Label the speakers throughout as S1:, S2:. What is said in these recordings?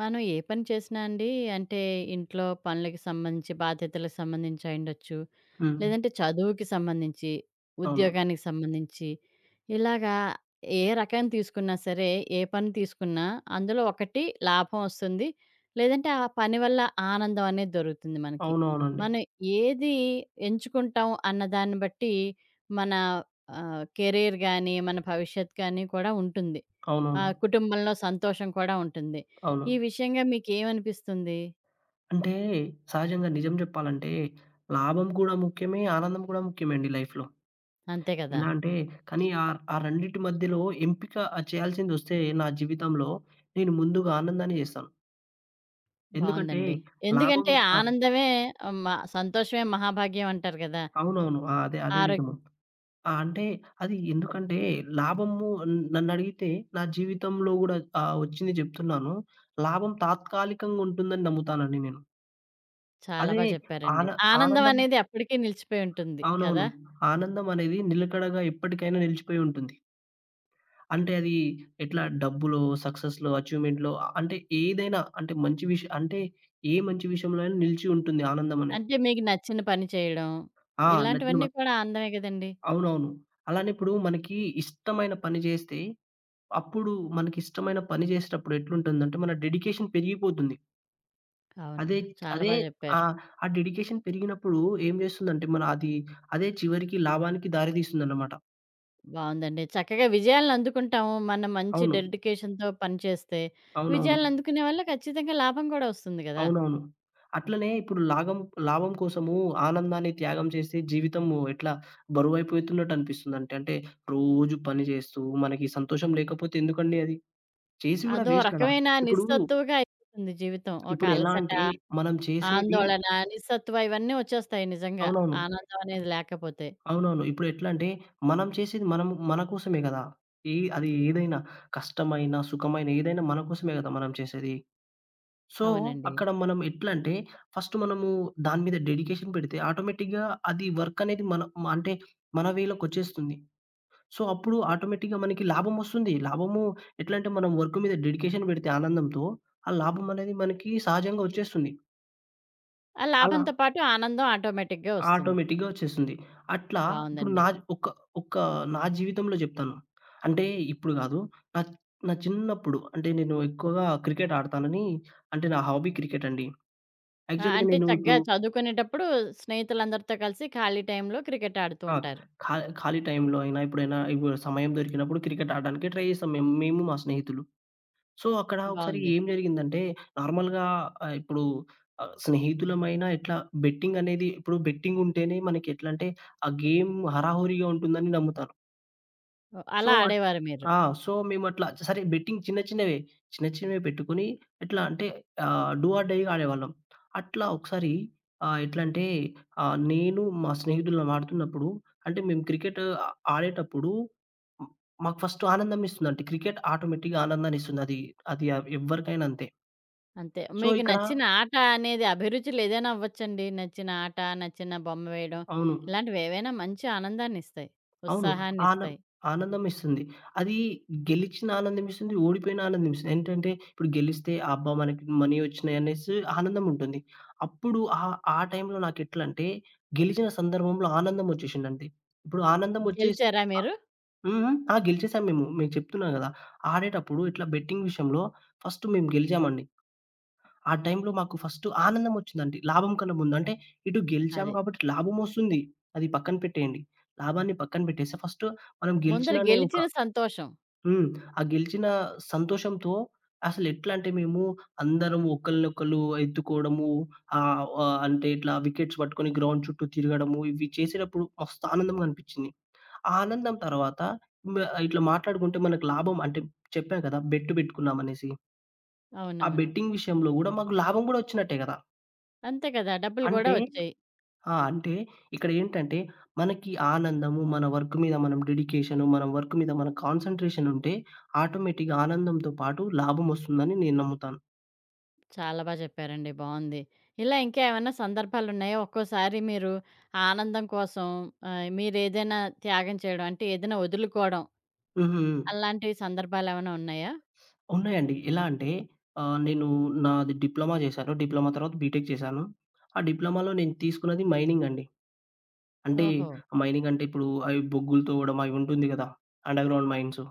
S1: మనం ఏ పని చేసినా అండి అంటే ఇంట్లో పనులకి సంబంధించి, బాధ్యతలకు సంబంధించి అయుండొచ్చు.
S2: హ్మ్.
S1: లేదంటే చదువుకి సంబంధించి,
S2: అవును.
S1: ఉద్యోగానికి సంబంధించి ఇలాగా ఏ రకం తీసుకున్నా సరే, ఏ పని తీసుకున్నా అందులో ఒకటి లాభం ఒస్తుంది. లేదంటే ఆ పని వల్ల ఆనందం అనేది దొరుకుతుంది మనకి.
S2: అవునవునండి.
S1: మనం ఏది ఎంచుకుంటాం అన్న దాన్ని బట్టి మన కెరీర్ గాని, మన భవిష్యత్ గాని కూడా ఉంటుంది.
S2: అవునవును.
S1: కుటుంబంలో సంతోషం కూడా ఉంటుంది.
S2: అవును.
S1: ఈ విషయంగా మీకేమనిపిస్తుంది?
S2: అంటే సహజంగా నిజం జెప్పాలంటే లాభం కూడా ముఖ్యమే, ఆనందం కూడా ముఖ్యమే అండి లైఫ్‌లో.
S1: అంతే కదా!
S2: ఎలా అంటే కానీ ఆ ఆ రెండిటి మధ్యలో ఎంపిక చేయాల్సిందొస్తే నా జీవితంలో నేను ముందుగా ఆనందాన్ని జేస్తాను. ఎందుకంటే
S1: బావుందండి.
S2: లాభం
S1: ఎందుకంటే
S2: ఆ!
S1: ఆనందమే ఆహ్, మ సంతోషమే మహాభాగ్యం అంటారు కదా!
S2: అవునవును. ఆ! అదే అదే
S1: ఆరో
S2: విధము. ఆ! అంటే అది ఎందుకంటే లాభము నన్నడిగితే నా జీవితంలో గూడా ఒచ్చింది జెప్తున్నాను. లాభం తాత్కాలికంగుంటుందని నమ్ముతానండి నేను.
S1: చాలా
S2: అదే
S1: బా చెప్పారండి.
S2: ఆన
S1: ఆనందం
S2: ఆనందం
S1: అనేది ఎప్పటికీ నిలిచిపోయి ఉంటుంది కదా!
S2: అవునవును. ఆనందం అనేది నిలకడగా ఎప్పటికైనా నిలిచిపోయి ఉంటుంది. అంటే అది ఎట్లా డబ్బులో, సక్సెస్‌లో, అచీవ్‌మెంట్‌లో అంటే ఏదైనా అంటే మంచి విషయం అంటే ఏ మంచి విషయంలో అయినా నిలిచి ఉంటుంది ఆనందం అనేది.
S1: అంటే మీకు నచ్చిన పని చేయడం,
S2: ఆ! నచ్చిన
S1: ఇలాంటివన్నీ
S2: మా
S1: కూడా ఆనందమే కదండీ!
S2: అవునవును. అలానే ఇప్పుడు మనకి ఇష్టమైన పని చేస్తే అప్పుడు మనకిష్టమైన పని చేసేటప్పుడు ఎట్లుంటుందంటే మన డెడికేషన్ పెరిగిపోతుంది.
S1: అవును.
S2: అదే
S1: చాలా
S2: అదే
S1: బా
S2: ఆ!
S1: చెప్పారు.
S2: ఆ డెడికేషన్ పెరిగినప్పుడు ఏం చేస్తుందంటే మన అది అదే చివరికి లాభానికి దారి తీస్తుందన్నమాట.
S1: బావుందండి. చక్కగా విజయాలను అందుకుంటాము. మనం మంచి
S2: అవును.
S1: డెడికేషన్‌తో పని చేస్తే,
S2: అవునవును.
S1: విజయాలను అందుకునే వల్ల ఖచ్చితంగా లాభం కూడా వస్తుంది కదా!
S2: అవునవును. అట్లనే ఇప్పుడు లాభం కోసము ఆనందాన్ని త్యాగం చేస్తే జీవితము ఎట్లా బరువైపోతున్నట్టు అనిపిస్తుందంటే, అంటే రోజు పని చేస్తూ మనకి సంతోషం లేకపోతే ఎందుకండి అది? చేసి గూడా
S1: అదో
S2: వేస్ట్ కదా!
S1: రకమైన
S2: ఇప్పుడు,
S1: నిస్సత్తువగా అయిపోతుంది జీవితం. ఒక
S2: ఇప్పుడు ఎలా
S1: అలసట
S2: అంటే మనం చేసేది
S1: ఆందోళన, నిస్సత్తువ ఇవన్నీ వచ్చేస్తాయి నిజంగా.
S2: అవునవును.
S1: ఆనందం అనేది లేకపోతే.
S2: అవునవును. ఇప్పుడు ఎట్లా అంటే మనం చేసేది మనం మన కోసమే గదా! ఏ అది ఏదైనా కష్టమైన, సుఖమైన ఏదైనా మన కోసమే గదా! మనం చేసేది. సో,
S1: అవునండి.
S2: అక్కడ మనం ఎట్లంటే, ఫస్ట్ మనము దాని మీద డెడికేషన్ పెడితే ఆటోమేటిక్‌గా అది వర్క్ అనేది మన మ అంటే మన వేలోకొచ్చేస్తుంది. సో, అప్పుడు ఆటోమేటిక్‌గా మనకి లాభమొస్తుంది. లాభము ఎట్లంటే, మనం వర్క్ మీద డెడికేషన్ పెడితే ఆనందంతో, ఆ లాభం అనేది మనకి సహజంగా వచ్చేస్తుంది.
S1: ఆ
S2: అలా
S1: లాభంతో పాటు ఆనందం ఆటోమేటిక్‌గా వస్తుంది.
S2: ఆటోమేటిక్‌గా వచ్చేస్తుంది. అట్లా ఇప్పుడు
S1: బావుందండి.
S2: నా ఒక ఒక నా జీవితంలో జెప్తాను. అంటే ఇప్పుడు గాదు. నా నా చిన్నప్పుడు అంటే నేను ఎక్కువగా క్రికెట్ ఆడతానని అంటే నా హాబీ క్రికెట్ అండి.
S1: ఆ!
S2: యాక్చువల్‌గా
S1: అంటే
S2: నేను
S1: చక్కగా
S2: ఇప్పుడు
S1: చదువుకునేటప్పుడు స్నేహితులందరితో కలిసి ఖాళీ టైంలో క్రికెట్ ఆడుతూ
S2: ఆ!
S1: ఉంటారు.
S2: ఖా ఖాళీ టైంలో అయినా, ఎప్పుడైనా ఇప్పుడు సమయం దొరికినప్పుడు క్రికెట్ ఆడడానికి ట్రై చేసాం మేము మా స్నేహితులు. సో, అక్కడ ఒకసారి
S1: బావుంది.
S2: ఏం జరిగిందంటే, నార్మల్‌గా ఇప్పుడు స్నేహితులమైనా ఎట్లా బెట్టింగ్ అనేది ఇప్పుడు బెట్టింగ్ ఉంటేనే మనకి ఎట్లంటే, ఆ గేమ్ హరాహోరీగా ఉంటుందని నమ్ముతారు.
S1: ఓహ్!
S2: సో
S1: అలా ఆడేవారు మీరు.
S2: ఆ! సో, మేమట్లా సరే బెట్టింగ్ చిన్న చిన్నవే. చిన్న చిన్నవి పెట్టుకొని ఎట్లా అంటే డూ ఆర్ డైగా ఆడేవాళ్ళం. అట్లా ఒకసారి ఎట్లంటే నేను మా స్నేహితులం ఆడుతున్నప్పుడు అంటే మేము క్రికెట్ ఆడేటప్పుడు హ్మ్, మాకు ఫస్ట్ ఆనందం ఇస్తుందంటే క్రికెట్ ఆటోమేటిక్‌గా ఆనందాన్నిస్తుంది. అది అది ఎవ్వరికైనా అంతే.
S1: అంతే.
S2: సో,
S1: మీకు
S2: ఇక్కడ
S1: నచ్చిన ఆట అనేది అభిరుచులేదైనా అవ్వచ్చండి. నచ్చిన ఆట, నచ్చిన బొమ్మ వేయడం
S2: అవును.
S1: ఇలాంటివేవైనా మంచి ఆనందాన్నిస్తాయి.
S2: అవును. ఆన
S1: ఉత్సాహాన్నిస్తాయి.
S2: ఆనందం ఇస్తుంది. అది గెలిచిన ఆనందం ఇస్తుంది. ఓడిపోయిన ఆనందం ఇస్తుంది. ఏంటంటే ఇప్పుడు గెలిస్తే అబ్బా! మనకి మనీ వచ్చినాయి అనేసి ఆనందం ఉంటుంది. అప్పుడు ఆ టైంలో నాకెట్లంటే గెలిచిన సందర్భంలో ఆనందం వచ్చేసిందండి. ఇప్పుడు ఆనందం వచ్చేసి
S1: గెలిచారా
S2: ఆహ్.
S1: మీరు?
S2: హ్మ్. హ్మ్. ఆ! గెలిచేసాం మేము. మీకు చెప్తున్నా గదా! ఆడేటప్పుడు ఇట్లా బెట్టింగ్ విషయంలో ఫస్ట్ మేము గెలిచామండి. ఆ టైంలో మాకు ఫస్ట్ ఆనందమొచ్చిందండి. లాభం కన్నా ముందు. అంటే ఇటు గెలిచాము
S1: అది.
S2: కాబట్టి లాభమొస్తుంది. అది పక్కన పెట్టేయండి. లాభాన్ని పక్కన పెట్టేసి ఫస్ట్ మనం
S1: ముందర
S2: గెలిచిన అనే ఒక
S1: గెలిచిన సంతోషం.
S2: హ్మ్. ఆ గెలిచిన సంతోషంతో అసలెట్లా అంటే మేము అందరం ఒకళ్ళనొకళ్ళు ఎత్తుకోవడము ఆహ్, ఆహ్, అంటే ఇట్లా వికెట్స్ పట్టుకొని గ్రౌండ్ చుట్టూ తిరగడము ఇవి చేసేటప్పుడు మస్తు ఆనందంగా అనిపించింది. ఆ ఆనందం తర్వాత మ ఇట్లా మాట్లాడుకుంటే మనకు లాభం అంటే చెప్పా కదా! బెట్ పెట్టుకున్నామనేసి. ఆ
S1: అవునవును.
S2: బెట్టింగ్ విషయంలో గూడా మాకు లాభం గూడా వచ్చినట్టే కదా!
S1: అంతే కదా! డబ్బులు గూడా
S2: అంటే
S1: వచ్చాయి.
S2: ఆ! అంటే ఇక్కడేంటంటే, మనకి ఆనందము, మన వర్క్ మీద మనం డెడికేషను, మన వర్క్ మీద మన కాన్సంట్రేషనుంటే, ఆటోమేటిక్‌గా ఆనందంతో పాటు లాభమొస్తుందని నేను నమ్ముతాను.
S1: చాలా బా చెప్పారండి. బావుంది. ఇలా ఇంకా ఏమన్నా సందర్భాలున్నాయా? ఒక్కోసారి మీరు ఆ ఆనందం కోసం మీరేదైనా త్యాగం చేయడం అంటే ఏదైనా వదులుకోవడం
S2: హుహు.
S1: అలాంటి సందర్భాలేమైనా ఉన్నాయా?
S2: ఉన్నాయండి. ఎలా అంటే, ఆహ్, నేను నాది డిప్లొమా చేశాను. డిప్లొమా తర్వాత బీటెక్ చేశాను. ఆ డిప్లొమాలో నేను తీసుకున్నది మైనింగ్ అండి. అంటే,
S1: ఓహో!
S2: మైనింగ్ అంటే ఇప్పుడు అవి బొగ్గులు తోవడం అవి ఉంటుంది గదా! Underground mines.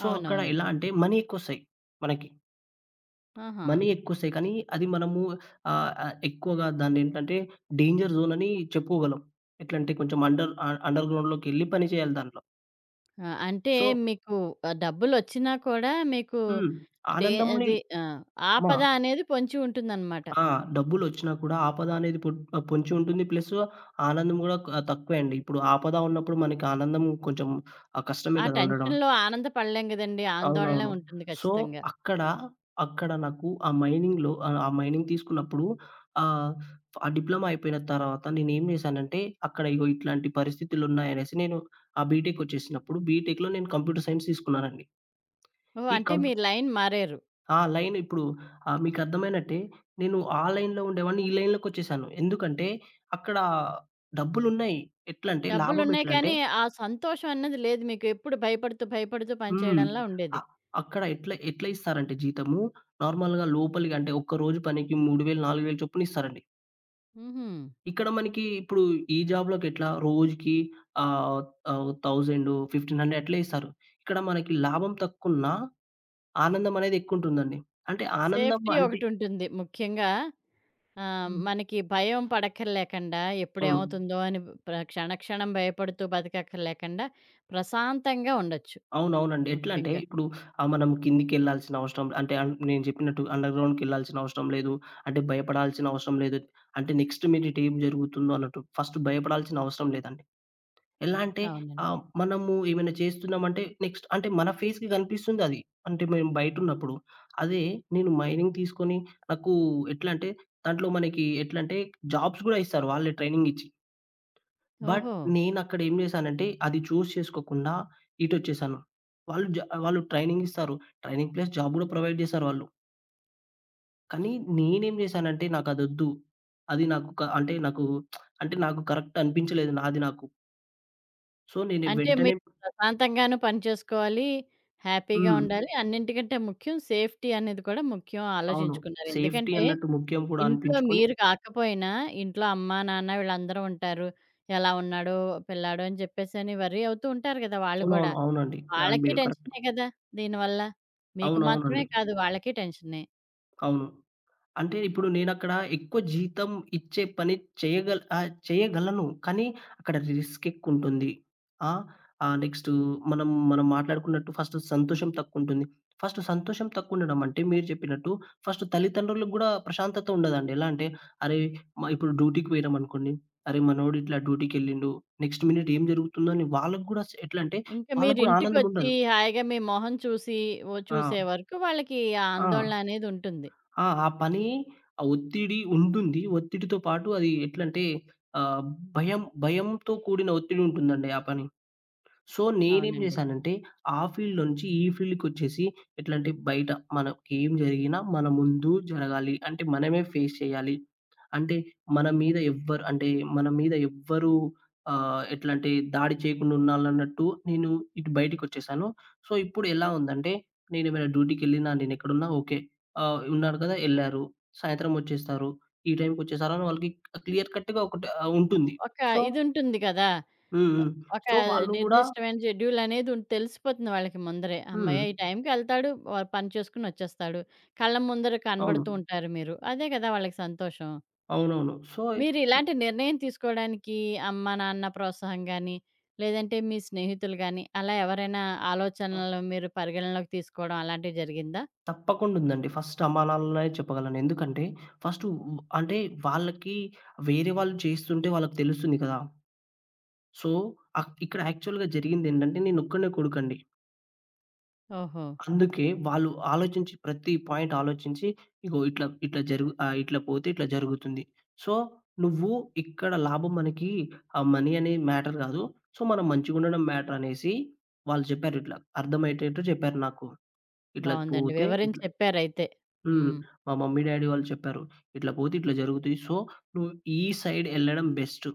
S2: సో, అక్కడ
S1: అవునవును.
S2: ఎలా అంటే మనీ ఎక్కువొస్తాయి మనకి.
S1: ఆహా!
S2: మనీ ఎక్కువొస్తాయి. కానీ అది మనము ఆహ్, ఆహ్, ఎక్కువగా దాన్నేంటంటే డేంజర్ జోన్ అని చెప్పుకోగలం. ఎట్లంటే కొంచెం అండర్ అండర్ గ్రౌండ్‌లోకెళ్ళి పని చేయాలి దాంట్లో.
S1: ఆ! అంటే
S2: సో
S1: మీకు డబ్బులొచ్చినా కూడా మీకు
S2: హ్మ్.
S1: డే
S2: ఆనందంని
S1: అది ఆ!
S2: మా
S1: ఆపద అనేది పొంచి ఉంటుందనమాట.
S2: ఆ! డబ్బులొచ్చినా కూడా ఆపద అనేది పొంచి ఉంటుంది. ప్లస్ ఆనందం గూడా తక్కువే అండి. ఇప్పుడు ఆపద ఉన్నప్పుడు మనకి ఆనందం కొంచెం
S1: ఆ
S2: కష్టమే కదా! ఉండడం.
S1: టెన్షన్‌లో ఆనందపడలేం గదండీ! ఆందోళనే
S2: అవునవును.
S1: ఉంటుంది
S2: సో,
S1: ఖచ్చితంగా.
S2: అక్కడ, అక్కడ నాకు ఆ మైనింగ్ తీసుకున్నప్పుడు ఆహ్, ఆ డిప్లొమా అయిపోయిన తర్వాత నేనేం చేశానంటే, అక్కడ ఇగో ఇట్లాంటి పరిస్థితులున్నాయనేసి నేను ఆ బీటెక్ ఒచ్చేసినప్పుడు బీటెక్‌లో నేను కంప్యూటర్ సైన్స్ తీసుకున్నానండి.
S1: ఓహ్!
S2: ఈ
S1: అంటే
S2: కం
S1: మీ లైన్ మారారు.
S2: ఆ లైన్ ఇప్పుడు మీకర్థమైనట్టే నేను ఆ లైన్‌లో ఉండేవాడిని ఈ లైన్‌లోకొచ్చేసాను. ఎందుకంటే, అక్కడ డబ్బులున్నాయి. ఎట్లంటే లాభం
S1: డబ్బులున్నాయి
S2: ఎట్లంటే
S1: కానీ, ఆ సంతోషం అన్నది లేదు మీకు. ఎప్పుడు భయపడుతూ, భయపడుతూ
S2: హ్మ్.
S1: పనిచేయడంలా
S2: అ
S1: ఉండేది.
S2: అక్కడ ఎట్లా ఎట్లా ఇస్తారంటే జీతము, నార్మల్‌గా లోపలికి అంటే ఒక్క రోజు పనికి 3000, 4000 చొప్పున ఇస్తారండి.
S1: హుహు.
S2: ఇక్కడ మనకి ఇప్పుడు ఈ జాబ్‌లోకి ఎట్లా రోజుకి ఆహ్, ఆహ్, 1000, 1500 అట్లే ఇస్తారు. ఇక్కడ మనకి లాభం తక్కువున్నా ఆనందం అనేది ఎక్కువుంటుందండి. అంటే ఆనందం
S1: సేఫ్టీ
S2: అంటే
S1: ఒకటుంటుంది ముఖ్యంగా.
S2: హ్మ్.
S1: మనకి భయం పడక్కర్లేకుండా,
S2: అవును.
S1: ఎప్పుడేమవుతుందో అని ప్ర క్షణక్షణం భయపడుతూ బతకక్కర్లేకుండా, ప్రశాంతంగా ఉండొచ్చు
S2: అవునవునండి. ఎట్లా అంటే
S1: ముఖ్యంగా.
S2: ఇప్పుడు మనం కిందికెళ్ళాల్సిన అవసరం అంటే నేను చెప్పినట్టు అండర్‌గ్రౌండ్‌కెళ్ళాల్సిన అవసరం లేదు. అంటే భయపడాల్సిన అవసరం లేదు. అంటే నెక్స్ట్ మినిట్ ఏం జరుగుతుందో అన్నట్టు ఫస్ట్ భయపడాల్సిన అవసరం లేదండి. ఎలా అంటే
S1: అవునండి.
S2: మనము ఏమైనా చేస్తున్నామంటే నెక్స్ట్ అంటే మన ఫేస్‌కి కనిపిస్తుందది. అంటే మేము బయటున్నప్పుడు. అదే నేను మైనింగ్ తీసుకొని నాకు ఎట్లా అంటే దాంట్లో మనకి ఎట్లంటే జాబ్స్ గూడా ఇస్తారు వాళ్ళే ట్రైనింగ్ ఇచ్చి. బట్
S1: ఓహో!
S2: నేనక్కడ ఏం చేశానంటే, అది చూజ్ చేసుకోకుండా ఇటొచ్చేసాను. వాళ్ళు జ వాళ్ళు ట్రైనింగ్ ఇస్తారు. ట్రైనింగ్ ప్లస్ జాబ్ గూడా ప్రొవైడ్ చేశారు వాళ్ళు. కానీ నేనేం చేశానంటే నాకదొద్దు. అది వద్దు, అది నాకు క అంటే నాకు అంటే నాకు కరెక్ట్ అనిపించలేదు నాది నాకు. సో, నేను
S1: అంటే,
S2: వెంటనే
S1: మీరు ప్రశాంతంగాను పని చేసుకోవాలి, హ్యాపీగా
S2: హ్మ్.
S1: ఉండాలి. అన్నింటికంటే ముఖ్యం సేఫ్టీ అనేది కూడా ముఖ్యం
S2: అవును.
S1: ఆలోచించుకున్నారు.
S2: సేఫ్టీ
S1: ఎందుకంటే
S2: అన్నట్టు ముఖ్యం కూడా
S1: ఇంట్లో
S2: అనిపించుకొని
S1: మీరు కాకపోయినా, ఇంట్లో అమ్మా, నాన్న వీళ్ళందరూ ఉంటారు. ఎలా ఉన్నాడు పిల్లాడు అని చెప్పేసని వర్రీ అవుతూ ఉంటారు కదా! వాళ్ళు కూడా.
S2: అవునవును. అవునండి.
S1: వాళ్ళకి
S2: మీరు కరెక్ట్.
S1: టెన్షనే కదా! దీనివల్ల. మీకు మాత్రమే
S2: అవునవునండి.
S1: కాదు వాళ్ళకి టెన్షనే.
S2: అవును. అంటే ఇప్పుడు నేనక్కడ ఎక్కువ జీతం ఇచ్చే పని చేయగలను. కానీ అక్కడ రిస్క్ ఎక్కువుంటుంది. ఆ! నెక్స్టు మనం మనం మాట్లాడుకున్నట్టు ఫస్ట్ సంతోషం తక్కువుంటుంది. ఫస్ట్ సంతోషం తక్కువుండడం అంటే మీరు చెప్పినట్టు ఫస్ట్ తల్లిదండ్రులకు గూడా ప్రశాంతత ఉండదండి. ఎలా అంటే అరే! ఇప్పుడు డ్యూటీకి పోయినామనుకోండి. అరే! మనోడు ఇట్లా డ్యూటీకెళ్ళిండు. నెక్స్ట్ మినిట్ ఏం జరుగుతుందో అని వాళ్ళకి గూడా ఎట్లంటే
S1: ఇంకా మీరు
S2: వాళ్ళకి గూడా ఆనందం
S1: ఇంటికొచ్చి
S2: ఉండదు.
S1: హాయిగా మీ మొహం చూసి, ఓ
S2: ఆ!
S1: చూసే వరకు వాళ్ళకి ఆ
S2: ఆ!
S1: ఆందోళన అనేది ఉంటుంది.
S2: ఆ! ఆ పని, ఆ ఒత్తిడి ఉంటుంది. ఒత్తిడితో పాటు అది ఎట్లంటే ఆహ్, భయం భయంతో కూడిన ఒత్తిడి ఉంటుందండి ఆ పని. సో, నేనేం
S1: అవునండి.
S2: జేశానంటే, ఆ ఫీల్డ్ నుంచి ఈ ఫీల్డ్‌కొచ్చేసి ఎట్లంటే, బయట మనకేం జరిగినా మన ముందు జరగాలి. అంటే, మనమే ఫేస్ చేయాలి. అంటే, మన మీద ఎవ్వరు అంటే, మన మీద ఎవ్వరు ఎట్లంటే దాడి చేయకుండా ఉండాలన్నట్టు నేను ఇటు బయటికొచ్చేసాను. సో, ఇప్పుడు ఎలా ఉందంటే, నేనేమైనా డ్యూటీకెళ్ళినా, నేనెక్కడున్నా ఓకే. ఆహ్, ఉన్నారు కదా! ఎళ్లారు. సాయంత్రం వచ్చేస్తారు. ఈ టైంకొచ్చేసారని వాళ్ళకి క్లియర్ కట్‌గా ఉంటుంది.
S1: ఒక
S2: సో
S1: ఇదుంటుంది కదా!
S2: హ్మ్.
S1: ఒ
S2: హ్మ్.
S1: ఒక
S2: సో, వాళ్ళు గూడా
S1: నిర్దిష్టమైన షెడ్యూలనేది ఉన్ తెలిసిపోతుంది వాళ్ళకి ముందరే. హమ్మయ్య!
S2: హ్మ్.
S1: ఈ టైంకెళ్తాడు, వ పని చేసుకొనొచ్చేస్తాడు. కళ్ళ ముందర
S2: అవును.
S1: కనబడుతూ ఉంటారు మీరు. అదే కదా వాళ్ళకి సంతోషం.
S2: అవునవును. సో,
S1: మీరిలాంటి నిర్ణయం తీసుకోవడానికి అమ్మ, నాన్న ప్రోత్సాహం గానీ, లేదంటే మీ స్నేహితులు గానీ, అలా ఎవరైనా ఆలోచనలు మీరు పరిగణనలోకి తీసుకోవడం అలాంటివి జరిగిందా?
S2: తప్పకుండా ఉందండి. ఫస్ట్ అమ్మా, నాన్నలనే చెప్పగలను. ఎందుకంటే, ఫస్టు వ్ అంటే వాళ్ళకి వేరే వాళ్ళు చేస్తుంటే వాళ్ళకి తెలుస్తుంది కదా! సో, ఇక్కడ యాక్చువల్‌గా జరిగిందేంటంటే, నేనొక్కడినే కొడుకండి.
S1: ఓహో!
S2: అందుకే వాళ్ళు ఆలోచించి ప్రతి పాయింట్ ఆలోచించి, ఇగో ఇట్లా, ఇట్లా పోతే ఇట్లా జరుగుతుంది. సో, నువ్వు ఇక్కడ లాభం మనకి ఆ మనీ అనే మ్యాటర్ కాదు. సో, మనం మంచిగుండడం మ్యాటర్ అనేసి వాళ్ళు చెప్పారిట్లా. అర్థమయ్యేటట్టు చెప్పారు నాకు. ఇట్లా
S1: బావుందండి.
S2: పోతే
S1: వివరించి
S2: ఇట్లా
S1: చెప్పారయితే.
S2: హ్మ్.
S1: హ్మ్.
S2: మా మమ్మీ, డ్యాడీ వాళ్ళు చెప్పారు. ఇట్లా పోతే ఇట్లా జరుగుతాయి. సో, నువ్వు ఈ సైడ్ ఎళ్ళడం బెస్ట్.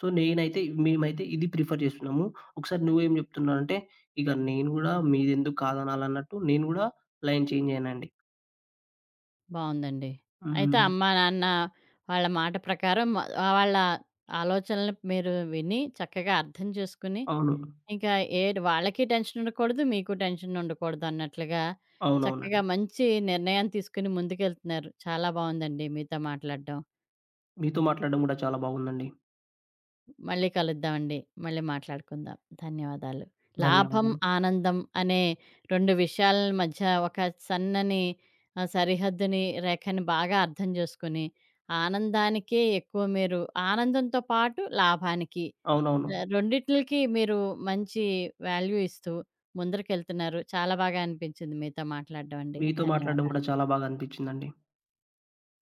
S2: సో, మేమైతే ఇది ప్రిఫర్ చేస్తున్నాము. ఒకసారి నువ్వేం చెప్తున్నావంటే, ఇక నేను గూడా మీరెందుకు కాదనాలన్నట్టు నేను గూడా లైన్ చేంజ్ అయ్యానండి.
S1: బావుందండి. అయితే
S2: హ్మ్.
S1: అమ్మా, నాన్న వాళ్ళ మాట ప్రకారం మ వాళ్ళ ఆలోచనలు మీరు విని, చక్కగా అర్థం చేసుకుని,
S2: అవును.
S1: ఇంకా ఏడ్ వాళ్ళకి టెన్షన్ ఉండకూడదు, మీకు టెన్షన్ ఉండకూడదు అన్నట్లుగా చక్కగా
S2: అవునవునండి.
S1: మంచి నిర్ణయాన్ని తీసుకుని ముందుకెళ్తున్నారు. చాలా బావుందండి మీతో మాట్లాడడం.
S2: మీతో మాట్లాడడం గూడా చాలా బాగుందండి.
S1: మళ్ళీ కలుద్దామండి. మళ్ళీ మాట్లాడుకుందాం. ధన్యవాదాలు. లాభం,
S2: ధన్యవాదాలు.
S1: ఆనందం అనే 2 విషయాల మధ్య ఒక సన్నని సరిహద్దుని రేఖని బాగా అర్థం చేసుకొని, ఆనందానికే ఎక్కువ మీరు ఆనందంతో పాటు లాభానికి
S2: అవునవును.
S1: రెండిట్లికి మీరు మంచి వాల్యూ ఇస్తూ ముందరికెళ్తున్నారు. చాలా బాగా అనిపించింది మీతో మాట్లాడడం అండి.
S2: మీతో మాట్లాడడం
S1: ధన్యవాదాలు.
S2: గూడా చాలా బాగా అనిపించిందండి.